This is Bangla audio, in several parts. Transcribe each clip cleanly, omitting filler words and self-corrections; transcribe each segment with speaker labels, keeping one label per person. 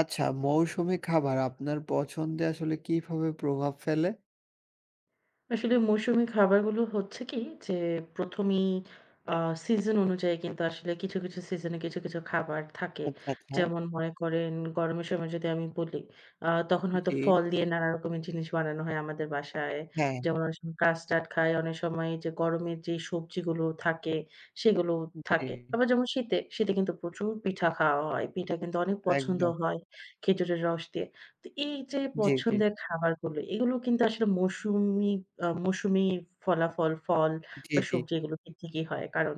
Speaker 1: আচ্ছা, মৌসুমি খাবার আপনার পছন্দে আসলে কিভাবে প্রভাব ফেলে?
Speaker 2: আসলে মৌসুমি খাবারগুলো হচ্ছে কি যে, ১ম এই আ সিজন অনুযায়ী কিন্তু আসলে কিছু, কিছু সিজনে কিছু, কিছু খাবার থাকে।
Speaker 1: আচ্ছা, আচ্ছা।
Speaker 2: যেমন মনে করেন গরমের সময় যদি আমি বলি, তখন হয়তো
Speaker 1: জি।
Speaker 2: ফল দিয়ে নানা রকমের জিনিস বানানো হয় আমাদের বাসায়।
Speaker 1: হ্যাঁ,
Speaker 2: যেমন অনেক সময় কাস্টার্ড খাই, অনেক সময় যে গরমের যে সবজিগুলো থাকে, সেগুলো
Speaker 1: জি।
Speaker 2: থাকে। আবার যেমন শীতে, শীতে কিন্তু প্রচুর পিঠা খাওয়া হয়। পিঠা কিন্তু অনেক পছন্দ
Speaker 1: একদম।
Speaker 2: হয় খেজুরের রস দিয়ে। তো এই যে
Speaker 1: জি, জি।
Speaker 2: পছন্দের খাবারগুলো, এগুলো কিন্তু আসলে মৌসুমি ফল
Speaker 1: জি,
Speaker 2: বা
Speaker 1: জি।
Speaker 2: সবজি এগুলো থেকেই হয়। কারণ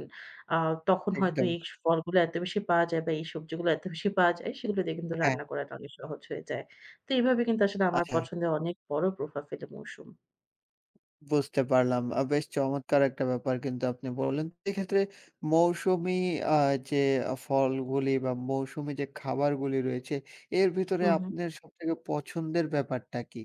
Speaker 2: আ তখন হয়তো
Speaker 1: একদম।
Speaker 2: এই ফলগুলো এত বেশি পাওয়া যায় বা এই সবজিগুলো এত বেশি পাওয়া যায়, সেগুলো দিয়ে কিন্তু
Speaker 1: হ্যাঁ,
Speaker 2: রান্না করাটা অনেক সহজ হয়ে যায়। তো এইভাবে কিন্তু আসলে আমার
Speaker 1: আচ্ছা।
Speaker 2: পছন্দে অনেক বড় প্রভাব ফেলে মৌসুম।
Speaker 1: বুঝতে পারলাম। বেশ চমৎকার একটা ব্যাপার কিন্তু আপনি বললেন। এক্ষেত্রে মৌসুমি আ যে ফলগুলি বা মৌসুমি যে খাবারগুলি রয়েছে, এর ভিতরে
Speaker 2: হুম। হুম।
Speaker 1: আপনার সবথেকে পছন্দের ব্যাপারটা কি?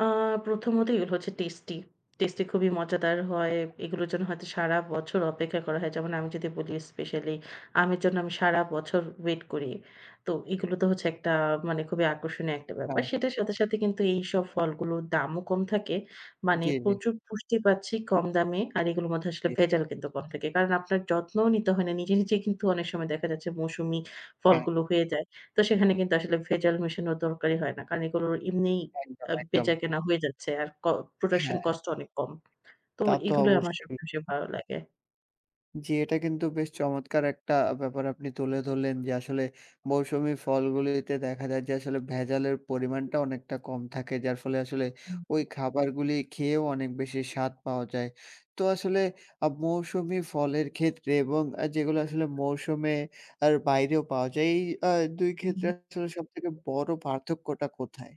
Speaker 2: আ প্রথমত এগুলো হচ্ছে টেস্টি। টেস্টি খুবই মজাদার হয়। এগুলোর জন্য হয়তো সারা বছর অপেক্ষা করা হয়। যেমন আমি যদি বলি স্পেশালি আমের জন্য আমি সারা বছর ওয়েট করি। তো এগুলো তো হচ্ছে একটা মানে খুবই আকর্ষণীয় একটা ব্যাপার।
Speaker 1: হ্যাঁ।
Speaker 2: সেটার সাথে, সাথে কিন্তু এইসব ফলগুলোর দামও কম থাকে। মানে
Speaker 1: জি, জি,
Speaker 2: প্রচুর পুষ্টি পাচ্ছি কম দামে। আর এগুলোর মধ্যে আসলে
Speaker 1: জি।
Speaker 2: ভেজাল কিন্তু কম থাকে। কারণ আপনার যত্নও নিতে হয় না। নিজে, নিজেই কিন্তু অনেক সময় দেখা যাচ্ছে মৌসুমী
Speaker 1: হ্যাঁ,
Speaker 2: ফলগুলো হয়ে যায়। তো সেখানে কিন্তু আসলে ভেজাল মেশানোর দরকারই হয় না। কারণ এগুলোর এমনিই
Speaker 1: একদম, একদম।
Speaker 2: বেচাকেনা হয়ে যাচ্ছে। আর প্রোডাকশন
Speaker 1: হ্যাঁ,
Speaker 2: কস্ট ও অনেক কম। তো
Speaker 1: তা তো
Speaker 2: এগুলোই আমার
Speaker 1: অবশ্যই।
Speaker 2: সবচেয়ে বেশি ভালো লাগে।
Speaker 1: জি, এটা কিন্তু বেশ চমৎকার একটা ব্যাপার আপনি তুলে ধরলেন যে আসলে মৌসুমী ফলগুলিতে দেখা যায় যে আসলে ভেজালের পরিমাণটা অনেকটা কম থাকে যার ফলে আসলে
Speaker 2: হুম,
Speaker 1: ওই খাবারগুলি খেয়েও অনেক বেশি স্বাদ পাওয়া যায়। তো আসলে মৌসুমী ফলের ক্ষেত্রে এবং যেগুলো আসলে মৌসুমে আর বাইরেও পাওয়া যায় এই ২
Speaker 2: হুম।
Speaker 1: ক্ষেত্রে আসলে সবথেকে বড় পার্থক্যটা কোথায়?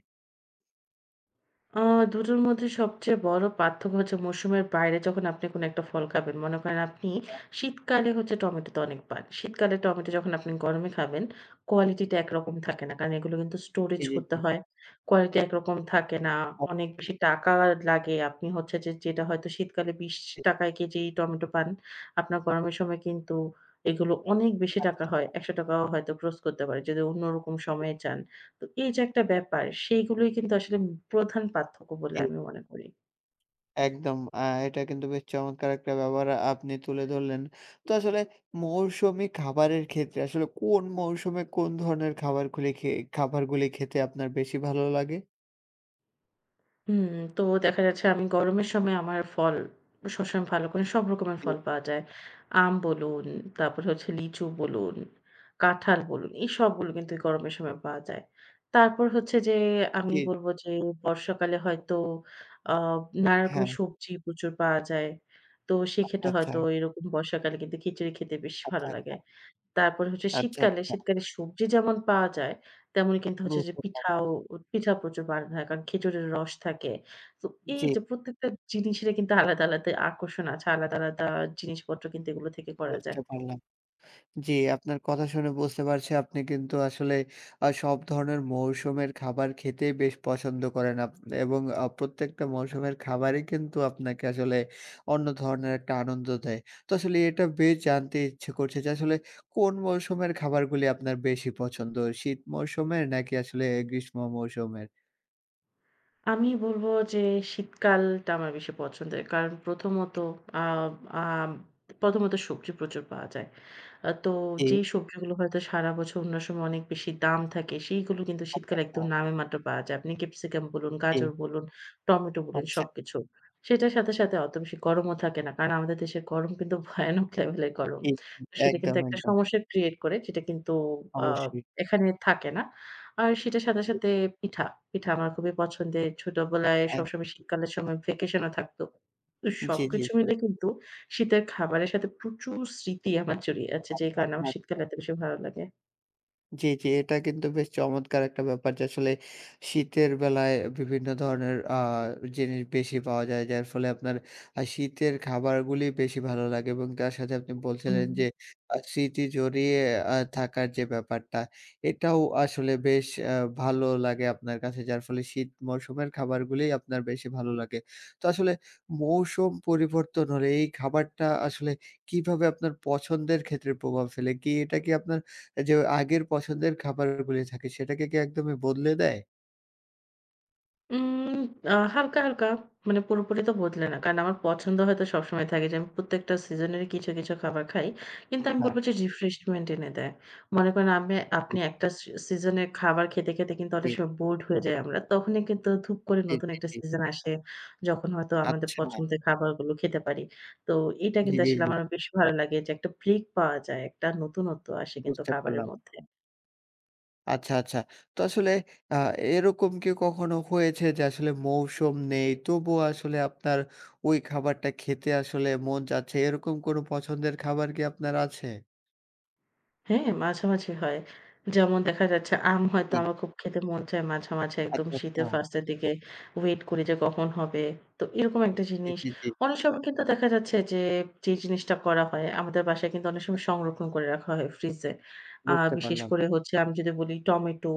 Speaker 2: আ ২ টোর মধ্যে সবচেয়ে বড় পার্থক্য হচ্ছে মৌসুমের বাইরে যখন আপনি কোনো একটা ফল খাবেন। মনে করেন আপনি
Speaker 1: হ্যাঁ,
Speaker 2: শীতকালে হচ্ছে টমেটোতে অনেক পান। শীতকালে টমেটো যখন আপনি গরমে খাবেন, কোয়ালিটিটা একরকম থাকে না। কারণ এগুলো কিন্তু স্টোরেজ
Speaker 1: জি, জি,
Speaker 2: করতে
Speaker 1: জি।
Speaker 2: হয়। কোয়ালিটি একরকম থাকে না। অনেক
Speaker 1: অবশ্যই।
Speaker 2: বেশি টাকা লাগে। আপনি হচ্ছে যে যেটা হয়তো শীতকালে ৳২০ কেজি টমেটো পান, আপনার গরমের সময় কিন্তু এগুলো অনেক বেশি
Speaker 1: আচ্ছা,
Speaker 2: টাকা হয়।
Speaker 1: আচ্ছা।
Speaker 2: ৳১০০ ও হয়তো খরচ করতে পারে যদি অন্যরকম সময়ে চান। তো এই যে একটা ব্যাপার, সেইগুলোই কিন্তু আসলে প্রধান পার্থক্য বলে
Speaker 1: জি।
Speaker 2: আমি মনে করি।
Speaker 1: একদম। এটা কিন্তু বেশ চমৎকার একটা ব্যাপার আপনি তুলে ধরলেন। তো আসলে মৌসুমি খাবারের ক্ষেত্রে আসলে কোন মৌসুমে কোন ধরনের খাবারগুলি খাবারগুলি খেতে আপনার বেশি ভালো লাগে?
Speaker 2: হুম, তো দেখা যাচ্ছে আমি গরমের সময় আমার ফল সবসময় ভালো করে সব রকমের
Speaker 1: জি,
Speaker 2: ফল পাওয়া যায়। আম বলুন, তারপরে হচ্ছে লিচু বলুন, কাঁঠাল বলুন, এই সবগুলো কিন্তু এই গরমের সময় পাওয়া যায়। তারপর হচ্ছে যে আমি
Speaker 1: জি।
Speaker 2: বলব যে বর্ষাকালে হয়তো আ নানা
Speaker 1: হ্যাঁ।
Speaker 2: রকমের সবজি প্রচুর পাওয়া যায়। তো
Speaker 1: আচ্ছা,
Speaker 2: সেক্ষেত্রে
Speaker 1: আচ্ছা।
Speaker 2: হয়তো এরকম বর্ষাকালে কিন্তু খিচুড়ি খেতে বেশ ভালো
Speaker 1: আচ্ছা,
Speaker 2: লাগে।
Speaker 1: আচ্ছা।
Speaker 2: তারপরে হচ্ছে
Speaker 1: আচ্ছা,
Speaker 2: শীতকালে,
Speaker 1: আচ্ছা।
Speaker 2: শীতকালে সবজি যেমন পাওয়া যায়, তেমনি কিন্তু হচ্ছে যে
Speaker 1: বুঝতে
Speaker 2: পিঠাও
Speaker 1: পারলাম।
Speaker 2: পিঠা প্রচুর বানানো হয়। কারণ খেজুরের রস থাকে। তো এই
Speaker 1: জি,
Speaker 2: যে প্রত্যেকটা জিনিসের কিন্তু আলাদা, আলাদা আকর্ষণ আছে। আলাদা, আলাদা জিনিসপত্র কিন্তু এগুলো থেকে করা যায়।
Speaker 1: বুঝতে পারলাম। জি, আপনার কথা শুনে বুঝতে পারছি আপনি কিন্তু আসলে সব ধরনের মৌসুমের খাবার খেতেই বেশ পছন্দ করেন এবং প্রত্যেকটা মৌসুমের খাবারই কিন্তু আপনাকে আসলে অন্য ধরনের একটা আনন্দ দেয়। তো আসলে এটা বেশ জানতে ইচ্ছে করছে যে আসলে কোন মৌসুমের খাবারগুলি আপনার বেশি পছন্দ? শীত মৌসুমের নাকি আসলে গ্রীষ্ম মৌসুমের?
Speaker 2: আমি বলব যে শীতকালটা আমার বেশি পছন্দের। কারণ প্রথমত আ আম প্রথমত সবজি প্রচুর পাওয়া যায়। তো
Speaker 1: জি,
Speaker 2: যেই সবজিগুলো হয়তো সারা বছর অন্য সময় অনেক বেশি দাম থাকে, সেইগুলো কিন্তু
Speaker 1: আচ্ছা,
Speaker 2: শীতকালে
Speaker 1: আচ্ছা,
Speaker 2: একদম নামেমাত্র পাওয়া যায়। আপনি ক্যাপসিকাম বলুন,
Speaker 1: জি,
Speaker 2: গাজর বলুন, টমেটো বলুন
Speaker 1: আচ্ছা,
Speaker 2: সবকিছু। সেটার সাথে, সাথে অত বেশি গরমও থাকে না। কারণ আমাদের দেশের গরম কিন্তু ভয়ানক লেভেলের গরম।
Speaker 1: জি,
Speaker 2: তো সেটা কিন্তু
Speaker 1: একদম,
Speaker 2: একটা
Speaker 1: একদম।
Speaker 2: সমস্যা ক্রিয়েট করে যেটা কিন্তু আ
Speaker 1: অবশ্যই।
Speaker 2: এখানে থাকে না। আর সেটার সাথে,
Speaker 1: জি,
Speaker 2: সাথে পিঠা। পিঠা আমার খুবই পছন্দের। ছোটবেলায়
Speaker 1: হ্যাঁ,
Speaker 2: সবসময় শীতকালের সময় ভ্যাকেশনও থাকতো। তো
Speaker 1: জি, জি,
Speaker 2: সবকিছু
Speaker 1: জি।
Speaker 2: মিলে কিন্তু শীতের খাবারের সাথে প্রচুর স্মৃতি আমার জড়িয়ে আছে। যে
Speaker 1: আচ্ছা,
Speaker 2: কারণে
Speaker 1: আচ্ছা,
Speaker 2: আমার শীতকাল
Speaker 1: আচ্ছা।
Speaker 2: এত বেশি ভালো লাগে।
Speaker 1: জি, জি। এটা কিন্তু বেশ চমৎকার একটা ব্যাপার যে আসলে শীতের বেলায় বিভিন্ন ধরনের জিনিস বেশি পাওয়া যায়। যার ফলে আপনার শীতের খাবারগুলি বেশি ভালো লাগে এবং তার সাথে আপনি বলছিলেন
Speaker 2: হুম।
Speaker 1: যে স্মৃতি জড়িয়ে থাকার যে ব্যাপারটা, এটাও আসলে বেশ ভালো লাগে আপনার কাছে। যার ফলে শীত মৌসুমের খাবারগুলি আপনার বেশি ভালো লাগে। তো আসলে মৌসুম পরিবর্তন হলে এই খাবারটা আসলে কিভাবে আপনার পছন্দের ক্ষেত্রে প্রভাব ফেলে? কি এটা কি আপনার যে আগের পছন্দের খাবারগুলি থাকে সেটাকে কি একদমই বদলে দেয়?
Speaker 2: উম আ হালকা, হালকা মানে পুরোপুরি তো বদলে না। কারণ আমার পছন্দ হয়তো সবসময় থাকে যে আমি প্রত্যেকটা সিজনেরই কিছু, কিছু খাবার খাই। কিন্তু আমি
Speaker 1: হ্যাঁ।
Speaker 2: বলব যে রিফ্রেশমেন্ট এনে দেয়। মনে করেন আমি
Speaker 1: জি,
Speaker 2: আপনি একটা সিজনের খাবার খেতে, খেতে কিন্তু অনেক
Speaker 1: জি,
Speaker 2: সময় বোরড হয়ে যাই আমরা। তখনই কিন্তু ধুপ করে
Speaker 1: জি,
Speaker 2: নতুন
Speaker 1: জি,
Speaker 2: একটা
Speaker 1: জি।
Speaker 2: সিজন আসে। যখন হয়তো আমাদের
Speaker 1: আচ্ছা।
Speaker 2: পছন্দের খাবারগুলো খেতে পারি। তো এটা
Speaker 1: জি,
Speaker 2: কিন্তু
Speaker 1: জি,
Speaker 2: আসলে
Speaker 1: জি।
Speaker 2: আমার বেশ ভালো লাগে যে একটা ব্রেক পাওয়া যায়। একটা নতুনত্ব আসে কিন্তু
Speaker 1: বুঝতে
Speaker 2: খাবারের
Speaker 1: পারলাম।
Speaker 2: মধ্যে।
Speaker 1: আচ্ছা, আচ্ছা। তো আসলে আ এরকম কি কখনো হয়েছে যে আসলে মৌসুম নেই, তবুও আসলে আপনার ওই খাবারটা খেতে আসলে মন চাচ্ছে, এরকম কোনো পছন্দের খাবার কি আপনার আছে?
Speaker 2: হ্যাঁ, মাঝামাঝি হয়। যেমন দেখা যাচ্ছে আম হয়তো
Speaker 1: জি।
Speaker 2: আমার খুব খেতে মন চায় মাঝে, মাঝে একদম
Speaker 1: আচ্ছা, আচ্ছা।
Speaker 2: শীতের ফার্স্ট এর দিকে ওয়েট করি যে কখন হবে। তো এরকম একটা
Speaker 1: জি,
Speaker 2: জিনিস।
Speaker 1: জি, জি।
Speaker 2: অনেক সময় কিন্তু দেখা যাচ্ছে যে, যে জিনিসটা করা হয় আমাদের বাসায় কিন্তু অনেক সময় সংরক্ষণ করে রাখা হয় ফ্রিজে। আ
Speaker 1: বুঝতে
Speaker 2: বিশেষ
Speaker 1: পারলাম।
Speaker 2: করে হচ্ছে আমি যদি বলি টমেটো,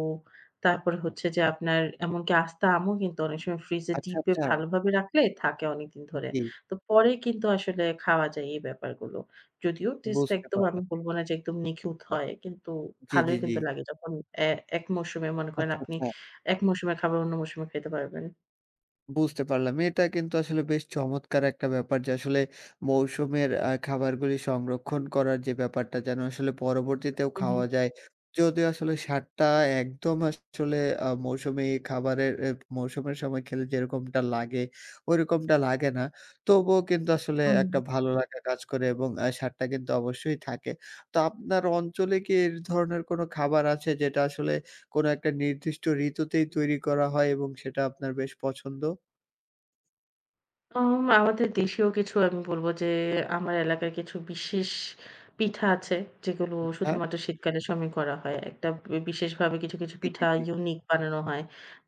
Speaker 2: তারপরে হচ্ছে যে আপনার এমনকি আস্ত আমও কিন্তু অনেক সময় ফ্রিজে
Speaker 1: আচ্ছা,
Speaker 2: ডিপে
Speaker 1: আচ্ছা।
Speaker 2: ভালোভাবে রাখলে থাকে অনেকদিন ধরে।
Speaker 1: জি,
Speaker 2: তো পরে কিন্তু আসলে খাওয়া যায় এই ব্যাপারগুলো। যদিও টেস্টটা
Speaker 1: বুঝতে
Speaker 2: একদম আমি
Speaker 1: পারলাম।
Speaker 2: বলব না যে একদম নিখুঁত হয়। কিন্তু
Speaker 1: জি,
Speaker 2: ভালোই
Speaker 1: জি, জি।
Speaker 2: কিন্তু লাগে যখন এ এক মৌসুমে মনে করেন
Speaker 1: আচ্ছা,
Speaker 2: আপনি
Speaker 1: আচ্ছা।
Speaker 2: এক মৌসুমের খাবার অন্য মৌসুমে খেতে পারবেন।
Speaker 1: বুঝতে পারলাম। এটা কিন্তু আসলে বেশ চমৎকার একটা ব্যাপার যে আসলে মৌসুমের খাবারগুলি সংরক্ষণ করার যে ব্যাপারটা যেন আসলে পরবর্তীতেও
Speaker 2: উহু,
Speaker 1: খাওয়া যায়। যদিও আসলে স্বাদটা একদম আসলে মৌসুমী খাবারের মৌসুমের সময় খেলে যেরকমটা লাগে, ওইরকমটা লাগে না। তবুও কিন্তু আসলে
Speaker 2: উহু।
Speaker 1: একটা ভালো লাগা কাজ করে এবং স্বাদটা কিন্তু অবশ্যই থাকে। তো আপনার অঞ্চলে কি এর ধরনের কোনো খাবার আছে যেটা আসলে কোনো একটা নির্দিষ্ট ঋতুতেই তৈরি করা হয় এবং সেটা আপনার বেশ পছন্দ?
Speaker 2: আম আমাদের দেশীয় কিছু আমি বলব যে, আমার এলাকায় কিছু বিশেষ পিঠা আছে, যেগুলো
Speaker 1: হ্যাঁ,
Speaker 2: শুধুমাত্র শীতকালের সময় করা হয়। একটা বিশেষভাবে কিছু, কিছু
Speaker 1: জি, জি,
Speaker 2: পিঠা
Speaker 1: জি।
Speaker 2: ইউনিক বানানো হয়,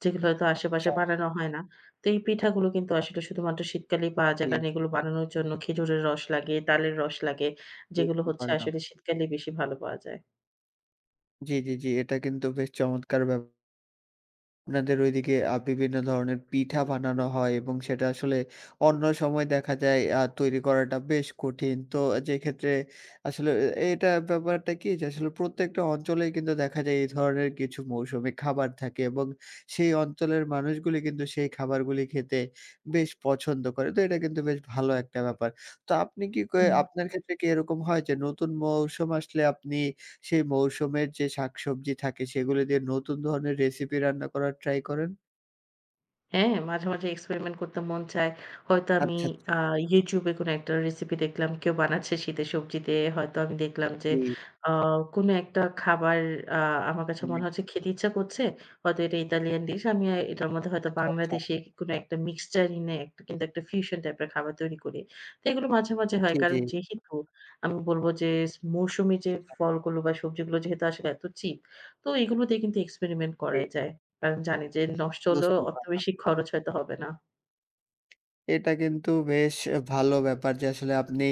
Speaker 2: যেগুলো হয়তো আশেপাশে
Speaker 1: আচ্ছা,
Speaker 2: বানানো হয় না। তো এই পিঠাগুলো কিন্তু আসলে শুধুমাত্র শীতকালেই পাওয়া যায়।
Speaker 1: জি,
Speaker 2: কারণ এগুলো বানানোর জন্য খেজুরের রস লাগে, তালের রস লাগে, যেগুলো
Speaker 1: বুঝতে
Speaker 2: হচ্ছে
Speaker 1: পারলাম।
Speaker 2: আসলে শীতকালেই বেশি ভালো পাওয়া যায়।
Speaker 1: জি। এটা কিন্তু বেশ চমৎকার ব্যাপার। আপনাদের ঐদিকে বিভিন্ন ধরনের পিঠা বানানো হয় এবং সেটা আসলে অন্য সময় দেখা যায় তৈরি করাটা বেশ কঠিন। তো যেক্ষেত্রে আসলে এটা ব্যাপারটা কি যে আসলে প্রত্যেকটা অঞ্চলেই কিন্তু দেখা যায় এই ধরনের কিছু মৌসুমী খাবার থাকে এবং সেই অঞ্চলের মানুষগুলি কিন্তু সেই খাবারগুলি খেতে বেশ পছন্দ করে। তো এটা কিন্তু বেশ ভালো একটা ব্যাপার। তো আপনি কি ক
Speaker 2: হুম।
Speaker 1: আপনার ক্ষেত্রে কি এরকম হয় যে নতুন মৌসুম আসলে আপনি সেই মৌসুমের যে শাকসবজি থাকে সেগুলো দিয়ে নতুন ধরনের রেসিপি রান্না করার ট্রাই করেন?
Speaker 2: হ্যাঁ, মাঝে, মাঝে এক্সপেরিমেন্ট করতে মন চায়। হয়তো আমি
Speaker 1: আচ্ছা, আচ্ছা।
Speaker 2: আ YouTube এ কোনো একটা রেসিপি দেখলাম কেউ বানাচ্ছে শীতের সবজি দিয়ে। হয়তো আমি দেখলাম যে
Speaker 1: জি,
Speaker 2: আ কোনো একটা খাবার আ আমার কাছে
Speaker 1: হুম।
Speaker 2: মনে হচ্ছে খেতে ইচ্ছা করছে। হয়তো এটা ইতালিয়ান ডিশ। আমি এটার মধ্যে হয়তো
Speaker 1: আচ্ছা, আচ্ছা।
Speaker 2: বাংলাদেশি কোনো একটা মিক্সচার এনে একটা ফিউশন টাইপের খাবার তৈরি করি। তো এগুলো মাঝে, মাঝে হয়।
Speaker 1: জি,
Speaker 2: কারণ
Speaker 1: জি।
Speaker 2: যেহেতু আমি বলব যে মৌসুমী যে
Speaker 1: আচ্ছা,
Speaker 2: ফলগুলো বা সবজিগুলো যেহেতু আসলে এত চিপ, তো এগুলো দিয়ে কিন্তু এক্সপেরিমেন্ট
Speaker 1: জি।
Speaker 2: করাই যায়। কারণ জানি যে নষ্ট হলেও
Speaker 1: বুঝতে
Speaker 2: অত
Speaker 1: পারলাম।
Speaker 2: বেশি খরচ হয়তো হবে না।
Speaker 1: এটা কিন্তু বেশ ভালো ব্যাপার যে আসলে আপনি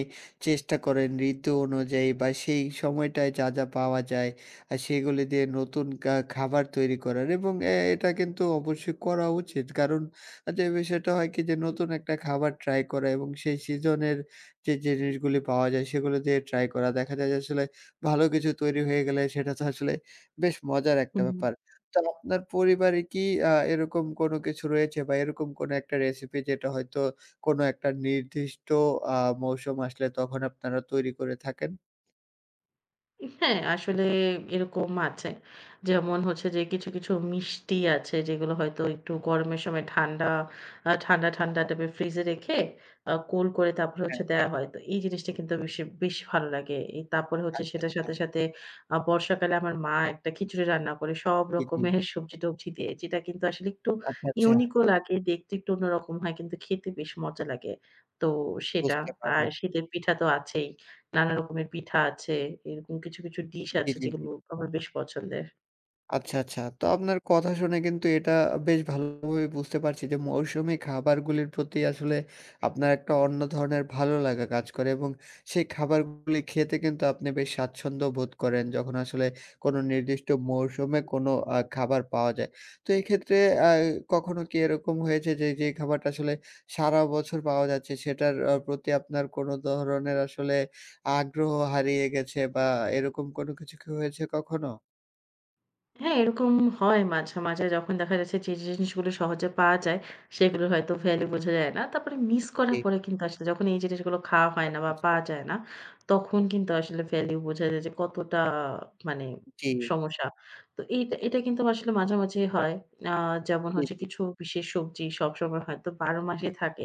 Speaker 1: চেষ্টা করেন ঋতু অনুযায়ী বা সেই সময়টায় যা যা পাওয়া যায় আর সেগুলি দিয়ে নতুন খাবার তৈরি করার এবং এটা কিন্তু অবশ্যই করা উচিত, কারণ যে বিষয়টা হয় কি যে নতুন একটা খাবার ট্রাই করা এবং সেই সিজনের যে জিনিসগুলি পাওয়া যায় সেগুলো দিয়ে ট্রাই করা দেখা যায় যে আসলে ভালো কিছু তৈরি হয়ে গেলে সেটা তো আসলে বেশ মজার একটা
Speaker 2: হুম।
Speaker 1: ব্যাপার। তো আপনার পরিবারে কি এরকম কোনো কিছু রয়েছে বা এরকম কোনো একটা রেসিপি যেটা হয়তো কোনো একটা নির্দিষ্ট আ মৌসুম আসলে তখন আপনারা তৈরি করে থাকেন?
Speaker 2: হ্যাঁ, আসলে এরকম আছে। যেমন হচ্ছে যে কিছু, কিছু মিষ্টি আছে যেগুলো হয়তো একটু গরমের সময় ঠান্ডা, ঠান্ডা টাইপের ফ্রিজে রেখে কোল্ড করে তারপরে
Speaker 1: হ্যাঁ,
Speaker 2: হচ্ছে দেয়া হয়। তো এই জিনিসটা কিন্তু বেশি বেশ ভালো লাগে। এই তারপরে হচ্ছে
Speaker 1: আচ্ছা,
Speaker 2: সেটার
Speaker 1: আচ্ছা।
Speaker 2: সাথে, সাথে বর্ষাকালে আমার মা একটা খিচুড়ি রান্না করে সব
Speaker 1: জি, জি।
Speaker 2: রকমের সবজি-টবজি দিয়ে। যেটা কিন্তু আসলে একটু
Speaker 1: আচ্ছা, আচ্ছা।
Speaker 2: ইউনিক ও লাগে, দেখতে একটু অন্যরকম হয় কিন্তু খেতে বেশ মজা লাগে। তো সেটা।
Speaker 1: বুঝতে
Speaker 2: আর
Speaker 1: পারলাম।
Speaker 2: শীতের পিঠা তো আছেই। নানা রকমের পিঠা আছে। এরকম কিছু, কিছু ডিশ
Speaker 1: জি,
Speaker 2: আছে
Speaker 1: জি, জি।
Speaker 2: যেগুলো আমার বেশ পছন্দের।
Speaker 1: আচ্ছা, আচ্ছা। তো আপনার কথা শুনে কিন্তু এটা বেশ ভালোভাবে বুঝতে পারছি যে মৌসুমি খাবারগুলির প্রতি আসলে আপনার একটা অন্য ধরনের ভালো লাগা কাজ করে এবং সেই খাবারগুলি খেতে কিন্তু আপনি বেশ স্বাচ্ছন্দ্য বোধ করেন যখন আসলে কোনো নির্দিষ্ট মৌসুমে কোনো খাবার পাওয়া যায়। তো এক্ষেত্রে আ কখনো কি এরকম হয়েছে যে, যে খাবারটা আসলে সারা বছর পাওয়া যাচ্ছে সেটার প্রতি আপনার কোনো ধরনের আসলে আগ্রহ হারিয়ে গেছে বা এরকম কোনো কিছু কি হয়েছে কখনো?
Speaker 2: হ্যাঁ, এরকম হয় মাঝে, মাঝে যখন দেখা যাচ্ছে যে জিনিসগুলো সহজে পাওয়া যায়, সেগুলো হয়তো ভ্যালু বোঝা যায় না। তারপরে মিস করার
Speaker 1: জি।
Speaker 2: পরে কিন্তু আসলে যখন এই জিনিসগুলো খাওয়া হয় না
Speaker 1: আচ্ছা,
Speaker 2: বা
Speaker 1: আচ্ছা।
Speaker 2: পাওয়া যায় না, তখন কিন্তু আসলে ভ্যালু বোঝা যায় যে কতটা মানে
Speaker 1: জি,
Speaker 2: সমস্যা। তো এটা কিন্তু আসলে মাঝামাঝি হয়। আ যেমন
Speaker 1: জি,
Speaker 2: হচ্ছে
Speaker 1: জি।
Speaker 2: কিছু বিশেষ সবজি সবসময় হয়তো ১২ মাসই থাকে।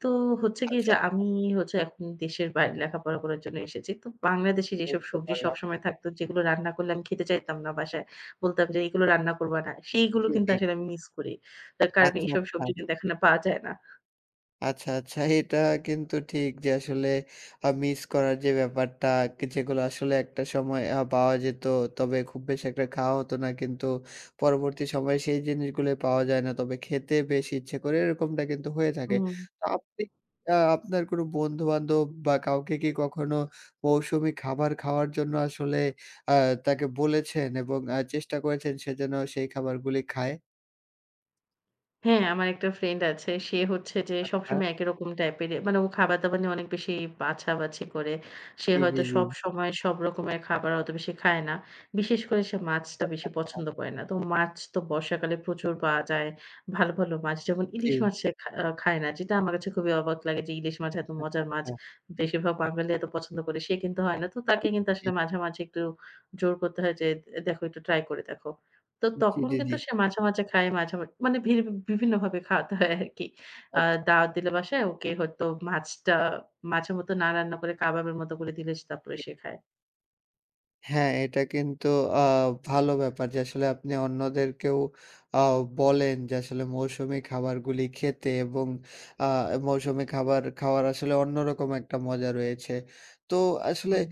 Speaker 2: তো হচ্ছে কি যে
Speaker 1: আচ্ছা
Speaker 2: আমি হচ্ছে এখন দেশের বাইরে লেখাপড়া করার জন্য এসেছি। তো বাংলাদেশে যেসব
Speaker 1: বুঝতে
Speaker 2: সবজি
Speaker 1: পারলাম।
Speaker 2: সবসময় থাকতো যেগুলো রান্না করলে আমি খেতে চাইতাম না বাসায়। বলতাম যে, "এগুলো রান্না করবা না।" সেইগুলো
Speaker 1: জি,
Speaker 2: কিন্তু
Speaker 1: জি।
Speaker 2: আসলে আমি মিস করি। তার কারণ
Speaker 1: আচ্ছা,
Speaker 2: এইসব
Speaker 1: আচ্ছা।
Speaker 2: সবজি কিন্তু এখন আর পাওয়া যায় না।
Speaker 1: আচ্ছা, আচ্ছা। এটা কিন্তু ঠিক যে আসলে মিস করার যে ব্যাপারটা, কে যেগুলো আসলে একটা সময় পাওয়া যেত, তবে খুব বেশি একটা খাওয়া হতো না। কিন্তু পরবর্তী সময়ে সেই জিনিসগুলো পাওয়া যায় না। তবে খেতে বেশ ইচ্ছে করে, এরকমটা কিন্তু হয়ে থাকে।
Speaker 2: হুম।
Speaker 1: তো আপনি আপনার কোনো বন্ধু-বান্ধব বা কাউকে কি কখনো মৌসুমি খাবার খাওয়ার জন্য আসলে আ তাকে বলেছেন এবং চেষ্টা করেছেন সে যেন সেই খাবারগুলি খায়?
Speaker 2: হ্যাঁ, আমার একটা ফ্রেন্ড আছে। সে হচ্ছে যে
Speaker 1: হ্যাঁ।
Speaker 2: সবসময় একই রকম টাইপের মানে ও খাবার-দাবার নিয়ে অনেক বেশি বাছাবাছি করে। সে
Speaker 1: জি, জি,
Speaker 2: হয়তো
Speaker 1: জি।
Speaker 2: সবসময় সব রকমের খাবার অত বেশি খায় না। বিশেষ করে সে মাছটা
Speaker 1: আচ্ছা,
Speaker 2: বেশি
Speaker 1: আচ্ছা।
Speaker 2: পছন্দ করে না। তো মাছ তো বর্ষাকালে প্রচুর পাওয়া যায়। ভালো, ভালো মাছ যেমন
Speaker 1: জি।
Speaker 2: ইলিশ মাছ সে খা আ খায় না। যেটা আমার কাছে খুবই অবাক লাগে যে ইলিশ মাছ এত
Speaker 1: আচ্ছা,
Speaker 2: মজার মাছ।
Speaker 1: আচ্ছা।
Speaker 2: বেশিরভাগ বাঙালি এত পছন্দ করে। সে কিন্তু হয় না। তো তাকে কিন্তু আসলে মাঝামাঝি একটু জোর করতে হয় যে, "দেখো একটু ট্রাই করে দেখো।" তো
Speaker 1: জি,
Speaker 2: তখন
Speaker 1: জি,
Speaker 2: কিন্তু
Speaker 1: জি।
Speaker 2: সে মাঝে, মাঝে খায়, মাঝে, মানে বিভিন্নভাবে খাওয়াতে হয় আরকি। আ
Speaker 1: আচ্ছা।
Speaker 2: দাওয়াত দিলে বাসায় ওকে হয়তো মাছটা মাছের মতো না রান্না করে কাবাবের মতো করে দিলে তারপরে সে খায়।
Speaker 1: হ্যাঁ, এটা কিন্তু আ ভালো ব্যাপার যে আসলে আপনি অন্যদেরকেও আ বলেন যে আসলে মৌসুমী খাবারগুলি খেতে এবং আ মৌসুমী খাবার খাওয়ার আসলে অন্যরকম একটা মজা রয়েছে। তো আসলে
Speaker 2: হুম।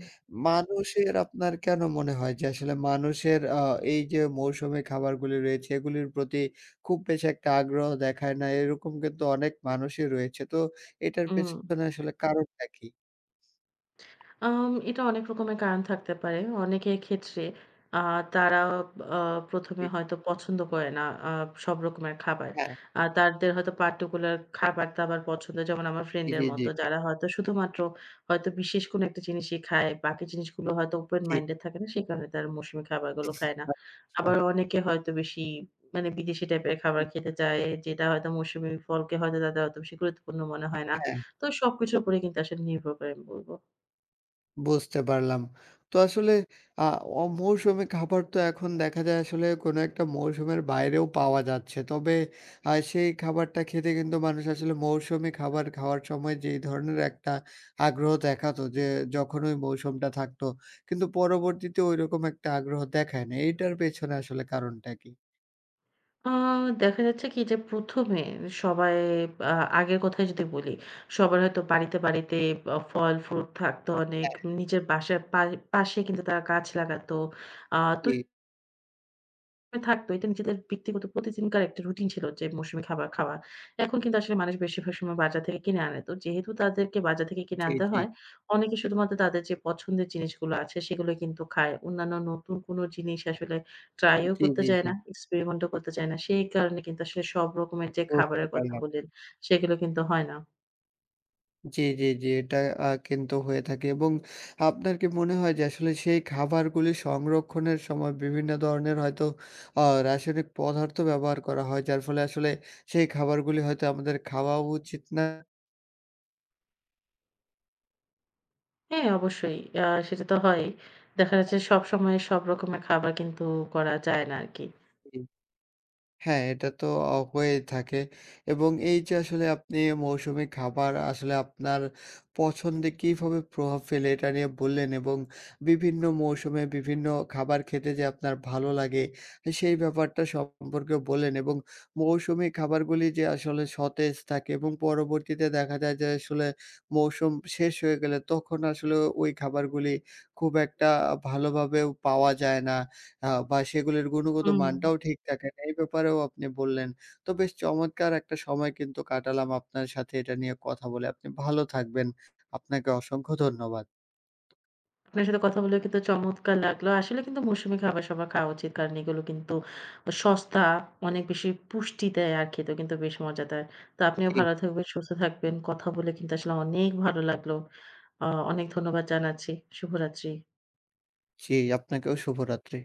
Speaker 1: আপনার কেন মনে হয় যে আসলে মানুষের এই যে মৌসুমী খাবারগুলি রয়েছে এগুলির প্রতি খুব বেশি একটা আগ্রহ দেখায় না এরকম কিন্তু অনেক মানুষই রয়েছে। তো এটার
Speaker 2: হুম।
Speaker 1: পেছনে আসলে কারণটা কি?
Speaker 2: এটা অনেক রকমের কারণ থাকতে পারে। অনেকের ক্ষেত্রে আ তারা আ ১ম
Speaker 1: জি,
Speaker 2: এ হয়তো পছন্দ করে না আ সব রকমের খাবার।
Speaker 1: হ্যাঁ,
Speaker 2: তাদের হয়তো particular খাবার-দাবার পছন্দ। যেমন আমার ফ্রেন্ডের
Speaker 1: জি, জি,
Speaker 2: মতো যারা হয়তো শুধুমাত্র হয়তো বিশেষ কোনো একটা জিনিসই খায়। বাকি জিনিসগুলো হয়তো open
Speaker 1: জি।
Speaker 2: minded থাকে না। সে কারণে তারা মৌসুমী খাবারগুলো খায় না। আবার
Speaker 1: একদম,
Speaker 2: অনেকে হয়তো বেশি মানে বিদেশি টাইপের খাবার খেতে চায়। যেটা হয়তো মৌসুমী ফলকে হয়তো তাদের অত বেশি গুরুত্বপূর্ণ মনে হয় না।
Speaker 1: হ্যাঁ,
Speaker 2: তো সবকিছুর উপরে কিন্তু আসলে নির্ভর করে আমি বলব।
Speaker 1: বুঝতে পারলাম। তো আসলে আ অমৌসুমী খাবার তো এখন দেখা যায় আসলে কোনো একটা মৌসুমের বাইরেও পাওয়া যাচ্ছে। তবে সেই খাবারটা খেতে কিন্তু মানুষ আসলে মৌসুমী খাবার খাওয়ার সময় যেই ধরনের একটা আগ্রহ দেখাতো যে যখন ওই মৌসুমটা থাকতো, কিন্তু পরবর্তীতে ঐরকম একটা আগ্রহ দেখায় না। এইটার পেছনে আসলে কারণটা কি?
Speaker 2: আ দেখা যাচ্ছে কি যে ১ম এ সবাই আ আগের কথাই যদি বলি, সবার হয়তো বাড়িতে, বাড়িতে ফল-ফ্রুট থাকতো অনেক।
Speaker 1: হ্যাঁ,
Speaker 2: নিজের বাসার পাশে কিন্তু তারা গাছ লাগাতো। আ তো
Speaker 1: জি,
Speaker 2: থাকতো। এটা নিজেদের ব্যক্তিগত প্রতিদিনকার একটা রুটিন ছিল যে মৌসুমি খাবার খাওয়া। এখন কিন্তু আসলে মানুষ বেশিরভাগ সময় বাজার থেকে কিনে আনে। তো যেহেতু তাদেরকে বাজার থেকে কিনে
Speaker 1: জি,
Speaker 2: আনতে
Speaker 1: জি,
Speaker 2: হয়, অনেকে শুধুমাত্র তাদের যে পছন্দের জিনিসগুলো আছে সেগুলো কিন্তু খায়। অন্যান্য নতুন কোনো জিনিস আসলে ট্রাই ও
Speaker 1: জি,
Speaker 2: করতে
Speaker 1: জি,
Speaker 2: চায়
Speaker 1: জি,
Speaker 2: না, এক্সপেরিমেন্ট ও করতে চায় না। সেই কারণে কিন্তু আসলে সব রকমের যে
Speaker 1: বুঝতে
Speaker 2: খাবারের কথা
Speaker 1: পারলাম।
Speaker 2: বললেন সেগুলো কিন্তু হয় না।
Speaker 1: জি। এটা কিন্তু হয়ে থাকে এবং আপনার কি মনে হয় যে আসলে সেই খাবারগুলি সংরক্ষণের সময় বিভিন্ন ধরনের হয়তো আ রাসায়নিক পদার্থ ব্যবহার করা হয়, যার ফলে আসলে সেই খাবারগুলি হয়তো আমাদের খাওয়াও উচিত না?
Speaker 2: হ্যাঁ, অবশ্যই। সেটা তো হয়ই। দেখা যাচ্ছে সবসময় সব রকমের খাবার কিন্তু করা যায় না আরকি।
Speaker 1: হ্যাঁ, এটা তো হয়েই থাকে এবং এই যে আসলে আপনি মৌসুমি খাবার আসলে আপনার পছন্দে কিভাবে প্রভাব ফেলে এটা নিয়ে বললেন এবং বিভিন্ন মৌসুমে বিভিন্ন খাবার খেতে যে আপনার ভালো লাগে সেই ব্যাপারটা সম্পর্কেও বললেন এবং মৌসুমি খাবারগুলি যে আসলে সতেজ থাকে এবং পরবর্তীতে দেখা যায় যে আসলে মৌসুম শেষ হয়ে গেলে তখন আসলে ওই খাবারগুলি খুব একটা ভালোভাবেও পাওয়া যায় না। বা সেগুলির গুণগত
Speaker 2: হুম।
Speaker 1: মানটাও ঠিক থাকে না। এই ব্যাপারেও আপনি বললেন। তো বেশ চমৎকার একটা সময় কিন্তু কাটালাম আপনার সাথে এটা নিয়ে কথা বলে। আপনি ভালো থাকবেন। আপনাকে অসংখ্য ধন্যবাদ।
Speaker 2: আপনার সাথে কথা বলে কিন্তু চমৎকার লাগলো। আসলে কিন্তু মৌসুমী খাবার সবার খাওয়া উচিত। কারণ এগুলো কিন্তু সস্তা, অনেক বেশি পুষ্টি দেয় আর খেতেও কিন্তু বেশ মজাদার। তো আপনিও
Speaker 1: জি,
Speaker 2: ভালো থাকবেন, সুস্থ থাকবেন। কথা বলে কিন্তু আসলে অনেক ভালো লাগলো। আ অনেক ধন্যবাদ জানাচ্ছি। শুভরাত্রি।
Speaker 1: জি, আপনাকেও শুভরাত্রি।